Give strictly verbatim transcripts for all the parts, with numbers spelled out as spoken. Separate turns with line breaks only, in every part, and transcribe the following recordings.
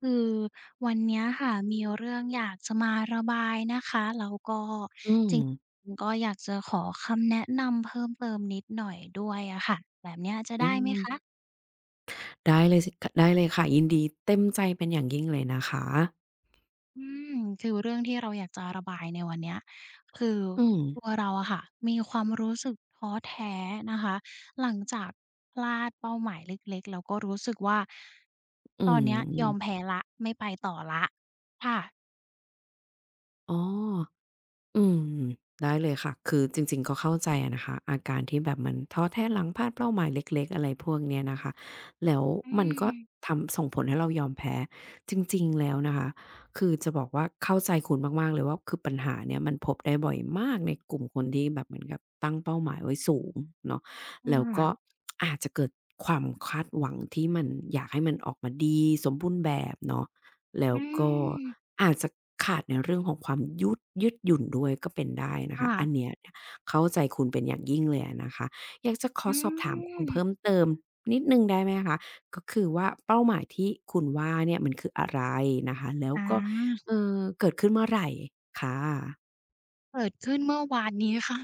คือวันเนี้ยค่ะมีเรื่องอยากจะมาระบายนะคะแล้วก็
อื
จร
ม
ิงๆก็อยากจะขอคำแนะนำเพิ่มเติมนิดหน่อยด้วยอะค่ะแบบเนี้ยจะ
อื
ได้ไหม
ม
คะ
ได้เลยสิคได้เลยค่ะยินดีเต็มใจเป็นอย่างยิ่งเลยนะคะ
อืมคือเรื่องที่เราอยากจะระบายในวันเนี้ยคือ
อืม
ตัวเราอะค่ะมีความรู้สึกท้อแท้นะคะหลังจากพลาดเป้าหมายเล็กๆแล้วก็รู้สึกว่า
อื
ตอนเนี้ยยอม
ม
แพ้แล้วไม่ไปต่อแล้วค่ะ
อ๋อ อืมได้เลยค่ะคือจริงๆก็เข้าใจอะนะคะอาการที่แบบมันท้อแท้หลังพลาดเป้าหมายเล็กๆอะไรพวกเนี้ยนะคะแล้ว
อื
มัน
ม
ก็ทำส่งผลให้เรายอมแพ้จริงๆแล้วนะคะคือจะบอกว่าเข้าใจคุณมากๆเลยว่าคือปัญหาเนี่ยมันพบได้บ่อยมากในกลุ่มคนที่แบบเหมือนกับตั้งเป้าหมายไว้สูงเนาะแล้วก็
ค่ะ
อาจจะเกิดความคาดหวังที่มันอยากให้มันออกมาดีสมบูรณ์แบบเนาะ แล้
อื
วก็
ม
อาจจะขาดในเรื่องของความยืดยืดหยุ่นด้วยก็เป็นได้นะคะ
ค่ะ
อันเนี้ยเนี่ยเข้าใจคุณเป็นอย่างยิ่งเลยอะนะคะอยากจะขอ
อื
สอบถามคุณ
ม
เพิ่มเติมนิดหนึ่งได้ไหมคะก็คือว่าเป้าหมายที่คุณว่าเนี่ยมันคืออะไรนะคะแล้ว
อ
ก็
า
เอ่อเกิดขึ้นเมื่อไหร่คะ
เกิดขึ้นเมื่อวานนี้ค่ะ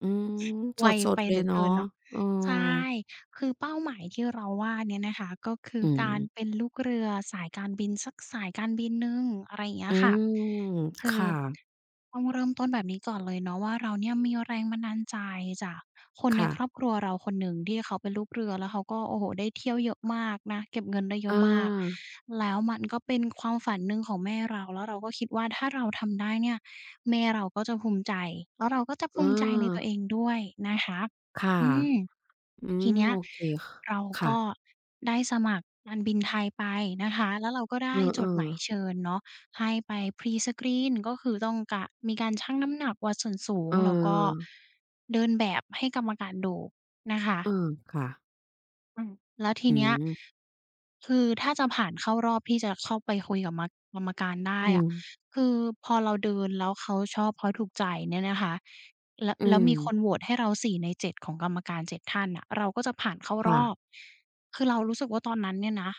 อืม
ไว
ส
ไป
ดๆเล
เห
ย
ลือ
เนาะ
เกินเนาะ
เออ
ใช่คือเป้าหมายที่เราว่าเนี่ยนะคะก็คือ
อืม
การเป็นลูกเรือสายการบินสักสายการบินหนึ่งอะไรอย่างเงี้
อื
ยค่ะ
มค
คือ
่ะ
ต้องเริ่มต้นแบบนี้ก่อนเลยเนาะว่าเราเนี่ยมีแรงบันดาลใจจากคนใน
ค่ะ
ครอบครัวเราคนหนึ่งที่เขาเป็นลูกเรือแล้วเขาก็โอ้โฮได้เที่ยวเยอะมากนะเก็บเงินได้เย
อ
อะมาก
า
แล้วมันก็เป็นความฝันหนึ่งของแม่เราแล้วเราก็คิดว่าถ้าเราทำได้เนี่ย แม่เราก็จะภูมิใจแล้วเราก็จะ
เอ
ภูมิใจในตัว
อ
เองด้วยนะคะ
ค่ะ
อืม
อื
ที
ม
เนี้ย
โอเค
เรา
ค่ะ
ก็ได้สมัครการบินไทยไปนะคะแล้วเราก็ได้จ
เอ
ดห
อ
มาย
ๆ
เชิญเนาะให้ไป Pre-screen ก็คือต้องกะมีการชั่งน้ำหนักวัดส่วนสูง
เอ
แล้วก็
อ
เดินแบบให้กรรมการดูนะคะ
เออค่ะ
อืมแล้วที
อื
เนี้ย
ม
คือถ้าจะผ่านเข้ารอบที่จะเข้าไปคุยกับมะกรรมการได้
อื
อะ
ม
คือพอเราเดินแล้วเขาชอบเขาถูกใจเนี่ยนะคะแล้ว
อื
แล้ว
ม
มีคนโหวตให้เราสี่ในเจ็ดของกรรมการเจ็ดท่านน่ะเราก็จะผ่านเข้าร
ค่ะ
อบคือเรารู้สึกว่าตอนนั้นเนี่ยนะ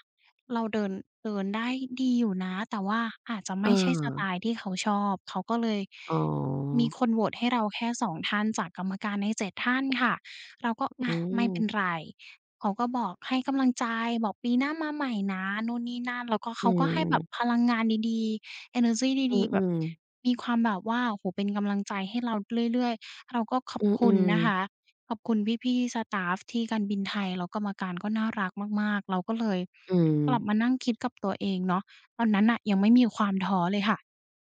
เราเดินเดินได้ดีอยู่นะแต่ว่าอาจจะ
เอ
ไม่ใช่ส
อ
ไตล์ที่เขาชอบเขาก็เลย
อ๋อ
มีคนโหวตให้เราแค่สองท่านจากกรรมการในเจ็ดท่านค่ะเราก็
อื
อะไม่เป็น
ม
ไร เขาก็บอกให้กำลังใจบอกปีหน้ามาใหม่นะนู่นนี่นั่นแล้วก็
อื
เขาก็ให้แบบพ
ม
ลังงานดีๆเอเนอร์จีดีๆแบ
อื
บ
มๆ
มีความแบบว่าโอ้โฮเป็นกำลังใจให้เราเรื่อยๆเราก็ขอบ
อื
คุณนะคะ
ม
ขอบคุณพี่ๆสตาฟที่การบินไทยแล้วกรรมการก็น่ารักมากๆเราก็เลย
ๆอืม
กลับมานั่งคิดกับตัวเองเนาะตอนนั้นน่ะยังไม่มีความท้อเลยค่ะ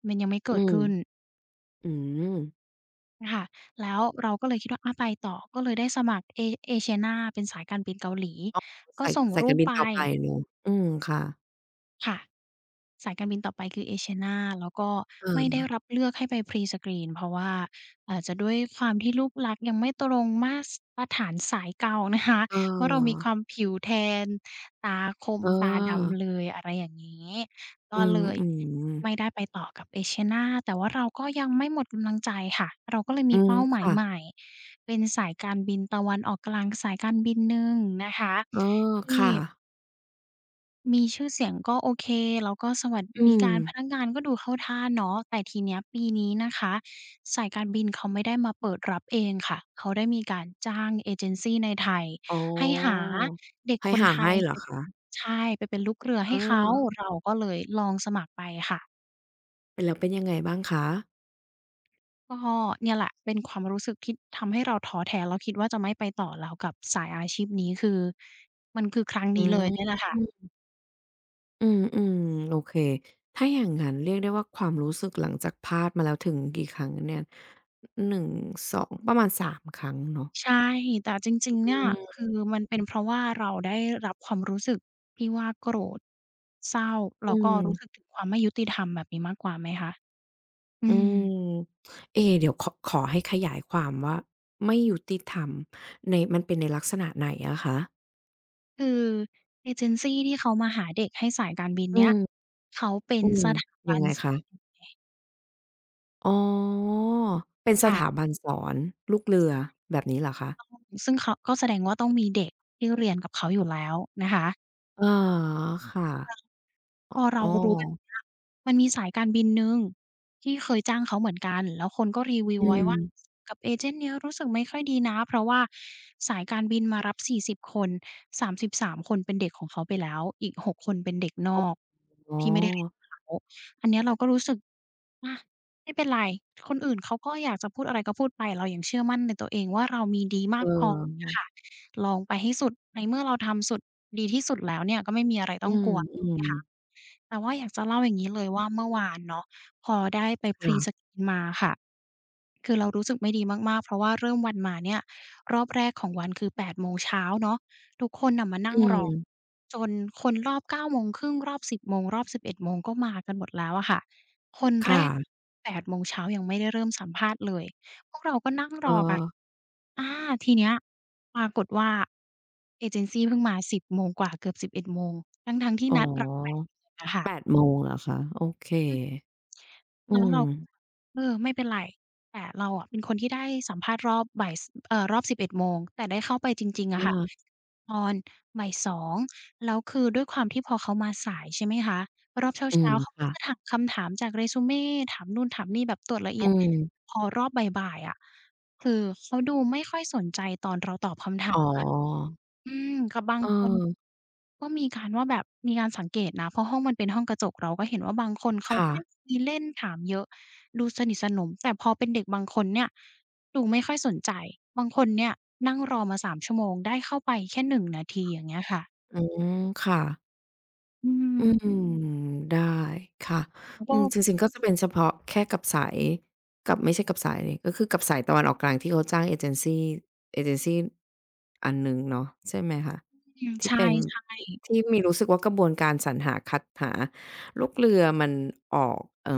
มันยังไม่เกิ
อื
ด
ม
ขึ้น
อืมอืม
ค่ะแล้วเราก็เลยคิดว่าอาไปต่อ ก็เลยได้สมัครเอ Asiana เป็นสายการบินเกาหลี ก็
สาย
ส่ง
สาย
รู
การ
ป
บิน
ไป
ต่อไปเนาะอืมค่ะ
ค่ะสายการบินต่อไปคือ Asiana แล้วก็ไม่ได้
เออ
รับเลือกให้ไป Pre-screen เพราะว่าอาจจะด้วยความที่รูปลักษณ์ยังไม่ตรงมาตรฐานสายเก่านะคะ
เ
ว่าเรามีค
ออ
วามผิวแทนตาคม
เออ
ตาดำเลยอะไรอย่างงี้
อื
ก็เล
ม
ย
อืม
ไม่ได้ไปต่อกับ Asiana แต่ว่าเราก็ยังไม่หมดกำลังใจค่ะเราก็เลย
อื
มี
ม
เป้าหมายใหม่
ค่ะ
เป็นสายการบินตะวันออกกลางสายการบินหนึ่งนะคะ
เออ
ที่
ค่ะ
มีชื่อเสียงก็โอเคแล้วก็สวัส
อื
ดิ
ม
การพนักงานก็ดูเข้าท่าเนาะแต่ทีเนี้ยปีนี้นะคะสายการบินเขาไม่ได้มาเปิดรับเองค่ะเขาได้มีการจ้างเอเจนซีในไทย
อ๋อ
ให้หาเด็ก
ให้
คน
หา
ไท
ให้
ย
เหร
ไป
อคะ
ใช่ไปเป็นลูกเรือ
เ
ให้เขา
ออ
เราก็เลยลองสมัครไปค่ะ
เป็นแล้วเป็นยังไงบ้างคะ
ก็เนี่ยแหละเป็นความรู้สึกที่ทำให้เราท้อแท้แล้วคิดว่าจะไม่ไปต่อแล้วกับสายอาชีพนี้คือมันคือครั้งนี้เลย
อื
เนี่ยแหละค่ะ
ม อืมอืมโอเคถ้าอย่างงั้นเรียกได้ว่าความรู้สึกหลังจากพลาดมาแล้วถึงกี่ครั้งเนี่ยหนึ่งสองประมาณสามครั้งเนาะ
ใช่แต่จริงๆ
อื
เนี่ย
ม
คือมันเป็นเพราะว่าเราได้รับความรู้สึกที่ว่าโกรธเศร้า
อื
แล้วก็
ม
รู้สึกถึงความไม่ยุติธรรมแบบนี้มากกว่าไหมคะอื
อื
ม
มเอ๊เดี๋ยวขอขอให้ขยายความว่าไม่ยุติธรรมในมันเป็นในลักษณะไหนอะคะ
คือเอเจนซีที่เขามาหาเด็กให้สายการบิน
อื
เนี้ย
ม
เขาเป็น
อืม
สถา
ยั
บั
ง
น
ไงคะอ๋อเป็นสถาบั
ค่ะ
นสอนลูกเรือแบบนี้เหรอคะ
ต้องซึ่งเขาก็แสดงว่าต้องมีเด็กที่เรียนกับเขาอยู่แล้วนะคะ
อ๋อค่ะ
พอเรา
อ๋อ
รู้แบบเนี้ยมันมีสายการบินหนึ่งที่เคยจ้างเขาเหมือนกันแล้วคนก็รีวิว
อื
ไว้
ม
ว่ากับเอเจนต์เนี้ยรู้สึกไม่ค่อยดีนะเพราะว่าสายการบินมารับสี่สิบคนสามสิบสามคนเป็นเด็กของเขาไปแล้วอีกหกคนเป็นเด็กนอก
อ๋อ
ที่ไม่ได้เรียนกับเขาอันเนี้ยเราก็รู้สึกอาไม่เป็นไรคนอื่นเขาก็อยากจะพูดอะไรก็พูดไปเรายังเชื่อมั่นในตัวเองว่าเรามีดี
เอ
มากพองค่ะ
อ
ลองไปให้สุดในเมื่อเราทำสุดดีที่สุดแล้วเนี่ยก็ไม่มีอะไรต้
อื
องก
ม
ลัว
อื
ถูก
ม
ไหมคะ แต่ว่าอยากจะเล่าอย่างนี้เลยว่าเมื่อวานเนาะพอได้ไป Pre-screen
ค่ะ
มาค่ะคือเรารู้สึกไม่ดีมากๆเพราะว่าเริ่มวันมาเนี่ยรอบแรกของวันคือแปดโมงเช้าเนาะทุกคนน่ะมานั่ง
อื
รอ
ม
จนคนรอบเก้าโมงครึ่งรอบสิบโมงรอบสิบเอ็ดโมงก็มากันหมดแล้วอะค่ะคน
ค
แรก
่ะ
แปดโมงเช้ายังไม่ได้เริ่มสัมภาษณ์เลยพ
เออ
อกันอาทีเนี้ยปรากฏว่าเอเจนซีเพิ่งมาสิบโมงกว่าเกือบสิบเอ็ดโมงทั้งๆที่
อ๋
นัดเราแปด
อ
อะ
แปด
ค่ะ
โมงเหรอคะโอเคอื
แล้ว
ม
เราเออไม่เป็นไรแต่เราอะเป็นคนที่ได้สัมภาษณ์รอบบ่ายสเอ่อรอบสิบเอ็ดโมงแต่ได้เข้าไปจริงๆอะค่ะ
อา
ตอนบ่ายสองแล้วคือด้วยความที่พอเขามาสายใช่ไหมคะรอบ
อืม
เช้าๆเขาก็จะ
ค่ะ
ถามคำถามจาก resume ถามนู่นถามนี่แบบตรวจละเอี
อื
ยด
ม
พอรอบบ่ายๆอะคือเขาดูไม่ค่อยสนใจตอนเราตอบคำถา
อ๋อ
มอืมกับบาง
เอ
คน
อ
ก็มีการว่าแบบมีการสังเกตนะเพราะห้องมันเป็นห้องกระจกเราก็เห็นว่าบางคนเขาก็
ค่ะ
ได้คุยเล่นถามเยอะดูสนิทสนมแต่พอเป็นเด็กบางคนเนี่ยดูไม่ค่อยสนใจบางคนเนี่ยนั่งรอมาสามชั่วโมงได้เข้าไปแค่หนงนาทีอย่างเงี้ยค่ะ
อืมค่ะ
อืม
อืมได้ค่ะ
ก็
อืมจริงๆก็จะเป็นเฉพาะแค่กับสายกับไม่ใช่กับสายสิก็คือกับสายตะวันออกกลางที่เขาจ้างเอเจนซีเอเจนซีอันหนึ่งเนาะใช่ไหมคะ
อืม
ที่
ใช่
เป็นที่ที่มีรู้สึกว่ากระบวนการสรรหาคัดหาลูกเรือมันออกเอ่อ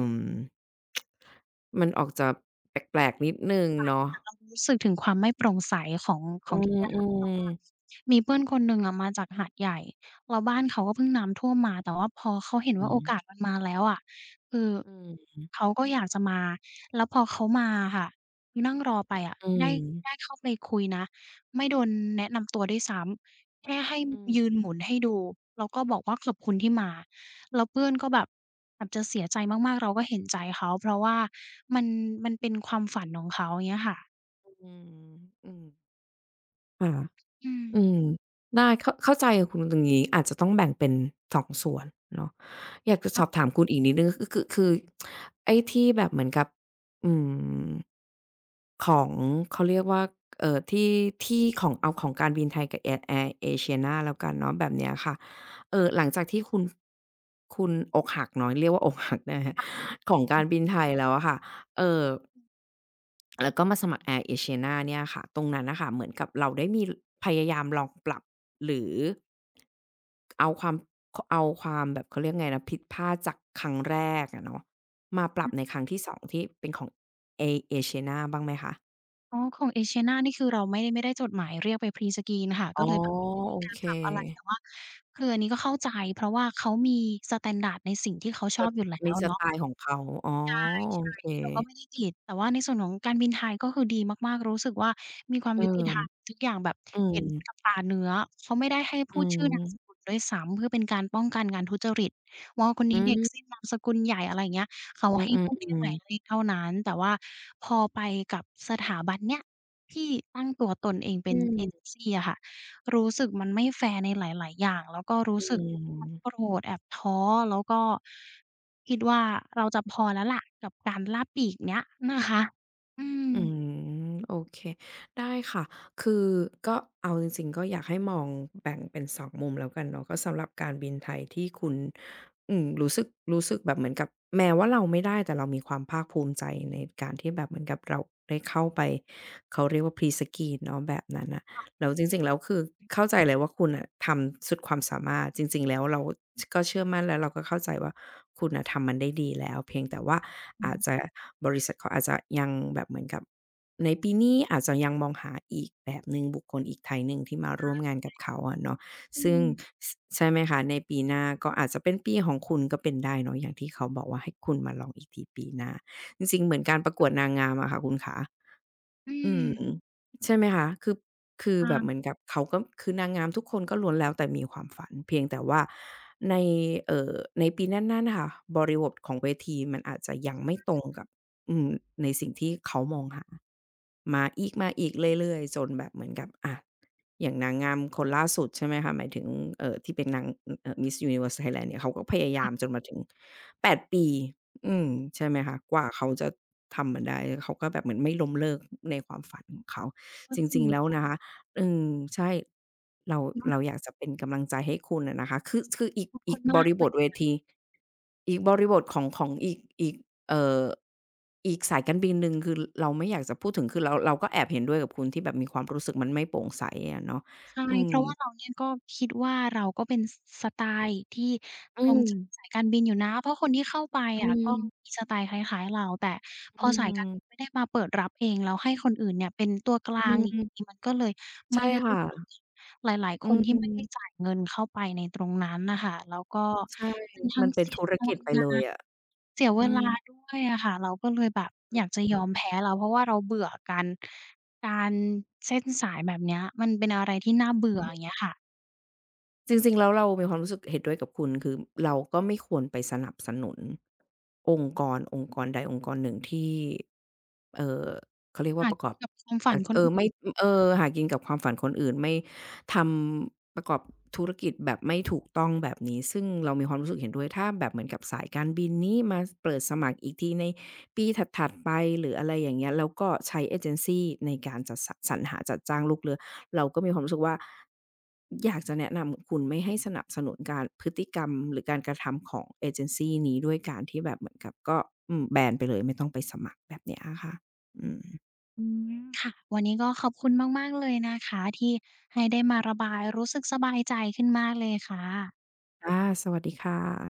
มันออกจะแปลกๆนิดหนึ่งเนาะ
เรารู้สึกถึงความไม่โปร่งใสของข
อื
องที่เนี่ยค่ะเพ
ม
ราะว่า
ๆ
มีเพื่อนคนหนึ่งอะมาจากหาดใหญ่แล้วบ้านเขาก็เพิ่งน้ำท่วมมาแต่ว่าพอเขาเห็น
อื
ว่าโอ
ม
กาสมันมาแล้วอะคือเขาก็อยากจะมาแล้วพอเขามาอะค่ะนั่งรอไปอะ
อื
ได้ได้
ม
เข้าไปคุยนะไม่โดนแนะนำตัวด้วยซ้ำแค่ให้
อืม
ยื
อื
น
ม
หมุนให้ดูแล้วก็บอกว่าขอบคุณที่มาแล้วเพื่อนก็แบบแบบจะเสียใจมากๆเราก็เห็นใจเขาเพราะว่ามันมันเป็นความฝันของเขาอย่างเงี้ยค่ะ
อืมอืมค่ะ
อื
อืม
ม
ได้เข้าเข้าใจคุณตรงนี้อาจจะต้องแบ่งเป็นสองส่วนเนาะอยากจะส
ค่ะ
อบถามคุณอีกนิดหนึ่งก็คือคือไอ้ที่แบบเหมือนกับอืม ของเขาเรียกว่าเอ่อที่ที่ของเอาของการบินไทยกับ Air Air Asiana แล้วกันเนาะแบบเนี้ยค่ะเอ่อหลังจากที่คุณคุณอกหักเนาะเรียกว่าอกหักได้ไหมคะ ของการบินไทยแล้วอะค่ะเอ่อแล้วก็มาสมัคร Air Asiana เนี่ยค่ะตรงนั้นน่ะค่ะเหมือนกับเราได้มีพยายามลองปรับหรือเอาความขเอาความแบบเขาเรียกไงนะผิดพลาดจากครั้งแรกอะเนาะมาปรับในครั้งที่สองที่เป็นของ Air Asiana บ้างไหมคะ
อ๋อของ Asiana นี่คือเราไม่ได้ไม่ได้จดหมายเรียกไป Pre-screen ค่ะ
อ๋
ก็
อ
เลยแบบไม่ได้มี
โอ
การ
เค
ปรับอะไรแต่ว่าคืออันนี้ก็เข้าใจเพราะว่าเขามีสแตนดาร์ดในสิ่งที่เขาช
ส
อบอยู่แล้
มี
ว
ส
เนาะ
ไตล์ของเขาอ๋อ
ใ
โอ
ช่
เค
นี่เราก็ไม่ได้ติดแต่ว่าในส่วนของการบินไทยก็คือดีมากๆรู้สึกว่ามีความ
เออ
ยุติธรรมทุกอย่างแบบ
อืม
เห็นกับตาเนื้อเขาไม่ได้ให้
อื
พูดชื่อ
ม
นามสกุลด้วยซ้ำเพื่อเป็นการป้องกันการทุจริตว่าคน
อื
นี้เด็ก
ม
ซิ่งนามสกุลใหญ่อะไรอย่างเงี้ยเขา
อื
ให้พูดแค่ห
อ
มา
ๆ
ยเล
ๆ
ขเท่านั้น แต่ว่าพอไปกับสถาบันเนี้ยที่ตั้งตัวตนเองเป็
อื
น
ม
เอเจนซีอะค่ะ รู้สึกมันไม่แฟร์ในหลายๆ อย่างแล้วก็รู้
อื
สึกทั้งโกร
ม
ธแอบท้อแล้วก็คิดว่าเราจะพอแล้วล่ะกับการล่าปีกเนี้ยนะคะ อืม
อืมโอเคได้ค่ะคือก็เอาจริงๆก็อยากให้มองแบ่งเป็นสองมุมแล้วกันเนาะก็สำหรับการบินไทยที่คุณอืมรู้สึกรู้สึกแบบเหมือนกับแม้ว่าเราไม่ได้แต่เรามีความภาคภูมิใจในการที่แบบเหมือนกับเราได้เข้าไปเขาเรียกว่า Pre-screen เนาะแบบนั้นน่ะ แล้วจริงๆแล้วคือเข้าใจเลยว่าคุณน่ะทำสุดความสามารถจริงๆแล้วเราก็เชื่อมั่นแล้วเราก็เข้าใจว่าคุณน่ะทำมันได้ดีแล้วเพียงแต่ว่า
อื
อาจจะ
ม
บริษัทเขาอาจจะยังแบบเหมือนกับในปีนี้อาจจะยังมองหาอีกแบบหนึ่งบุคคลอีก type หนึ่งที่มาร่วมงานกับเขาอะเนาะ
อื
ซึ่ง
ม
สใช่ไหมคะในปีหน้าก็อาจจะเป็นปีของคุณก็เป็นได้เนาะอย่างที่เขาบอกว่าให้คุณมาลองอีกทีปีหน้าจริงๆเหมือนการประกวดนางงามอะค่ะคุณขา
อื
อื
ม
มใช่ไหมคะคือคือแบบเหมื
อา
อนกับเขาก็คือนางงามทุกคนก็ล้วนแล้วแต่มีความฝันเพียงแต่ว่าในเอ่อในปีนั้นๆน่ะค่ะบริบทของเวทีมันอาจจะยังไม่ตรงกับอืมในสิ่งที่เขามองหามาอีกมาอีกเรื่อยๆจนแบบเหมือนกับอะอย่างนางงามคนล่าสุดใช่ไหมคะหมายถึงเอ่อที่เป็นนางเอ่อ Miss Universe Thailand เนี่ยเขาก็พยายามจ
ค่ะ
นมาถึงแปดปดปี อืมใช่ไหมคะกว่าเขาจะทำมันได้เขาก็แบบเหมือนไม่ล้มเลิกในความฝันของเขา
ก็
จ
จริ
ริ
ง
งๆแล้วนะคะอืมใช่เรา
นอำัก
เราอยากจะเป็นกำลังใจให้คุณอะนะคะคือคืออีก
คุ
อีก
ณ
บ
มาก
ริ
เล
บ
ย
ทเวทีอีกบริบทของของอีกอีกเอ่ออีกสายการบินหนึ่งคือเราไม่อยากจะพูดถึงคือเราเราก็แอบเห็นด้วยกับคุณที่แบบมีความรู้สึกมันไม่โปร่งใสอะเนาะ
ใช่
อื
เพ
ม
ราะว่าเราเนี่ยก็คิดว่าเราก็เป็นสสไตล์ที่
อื
ตรง
ม
จากสายการบินอยู่นะเพราะคนที่เข้าไป
อื
อะก็มี
ม
สไตล์คล้ายๆเรา แต่พ
อื
อสายการบินไม่
ม
ได้มาเปิดรับเองแล้วให้คนอื่นเนี่ยเป็นตัวกลา
อื
งอีกที
ม
มันก็เลยไม่
ใช่
ยุติธรรม
ค่ะ
อีกหลายๆ
อื
คนที่ไม่ได้
ม
จ่ายเงินเข้าไปในตรงนั้นน่ะค่ะแล้วก็
ใช่
มันทั้
มั
ง
นเป็น
เสีย
ธุร
พ
กิ
ลั
จ
ง
ไป
งา
เลย
น
อะ
เสียเว
อืม
ลาด้วยอะค่ะเราก็เลยแบบอยากจะยอมแพ้แล้วเพราะว่าเราเบื่อการการเส้นสายแบบเนี้ยมันเป็นอะไรที่น่าเบื่ออย่างเงี้ยค่ะ
จริงๆแล้วเรามีความรู้สึกเห็นด้วยกับคุณคือเราก็ไม่ควรไปสนับสนุนองค์กรองค์กรใดองค์กรหนึ่งที่เอ่อเขาเรียก
หา
ว่าประก
กิ
อ
น
บ
กับความฝัน
อะ
คน
เออ
อื่น
ไม่เออหากินกับความฝันคนอื่นไม่ทำประกอบธุรกิจแบบไม่ถูกต้องแบบนี้ซึ่งเรามีความรู้สึกเห็นด้วยถ้าแบบเหมือนกับสายการบินนี้มาเปิดสมัครอีกทีในปีถัดๆไปหรืออะไรอย่างเงี้ยแล้วก็ใช้เอเจนซีในการจัดสสรรหาจัดจ้างลูกเรือ เราก็มีความรู้สึกว่าอยากจะแนะนำคุณไม่ให้สนับสนุนการพฤติกรรมหรือการกระทำของเอเจนซีนี้ด้วยการที่แบบเหมือนกับก็อืมแบนไปเลยไม่ต้องไปสมัครแบบเนี้ยอะค่ะอืม
อืมค่ะวันนี้ก็ขอบคุณมากๆเลยนะคะที่ให้ได้มาระบายรู้สึกสบายใจขึ้นมากเลยค่ะ
ค่ะสวัสดีค่ะ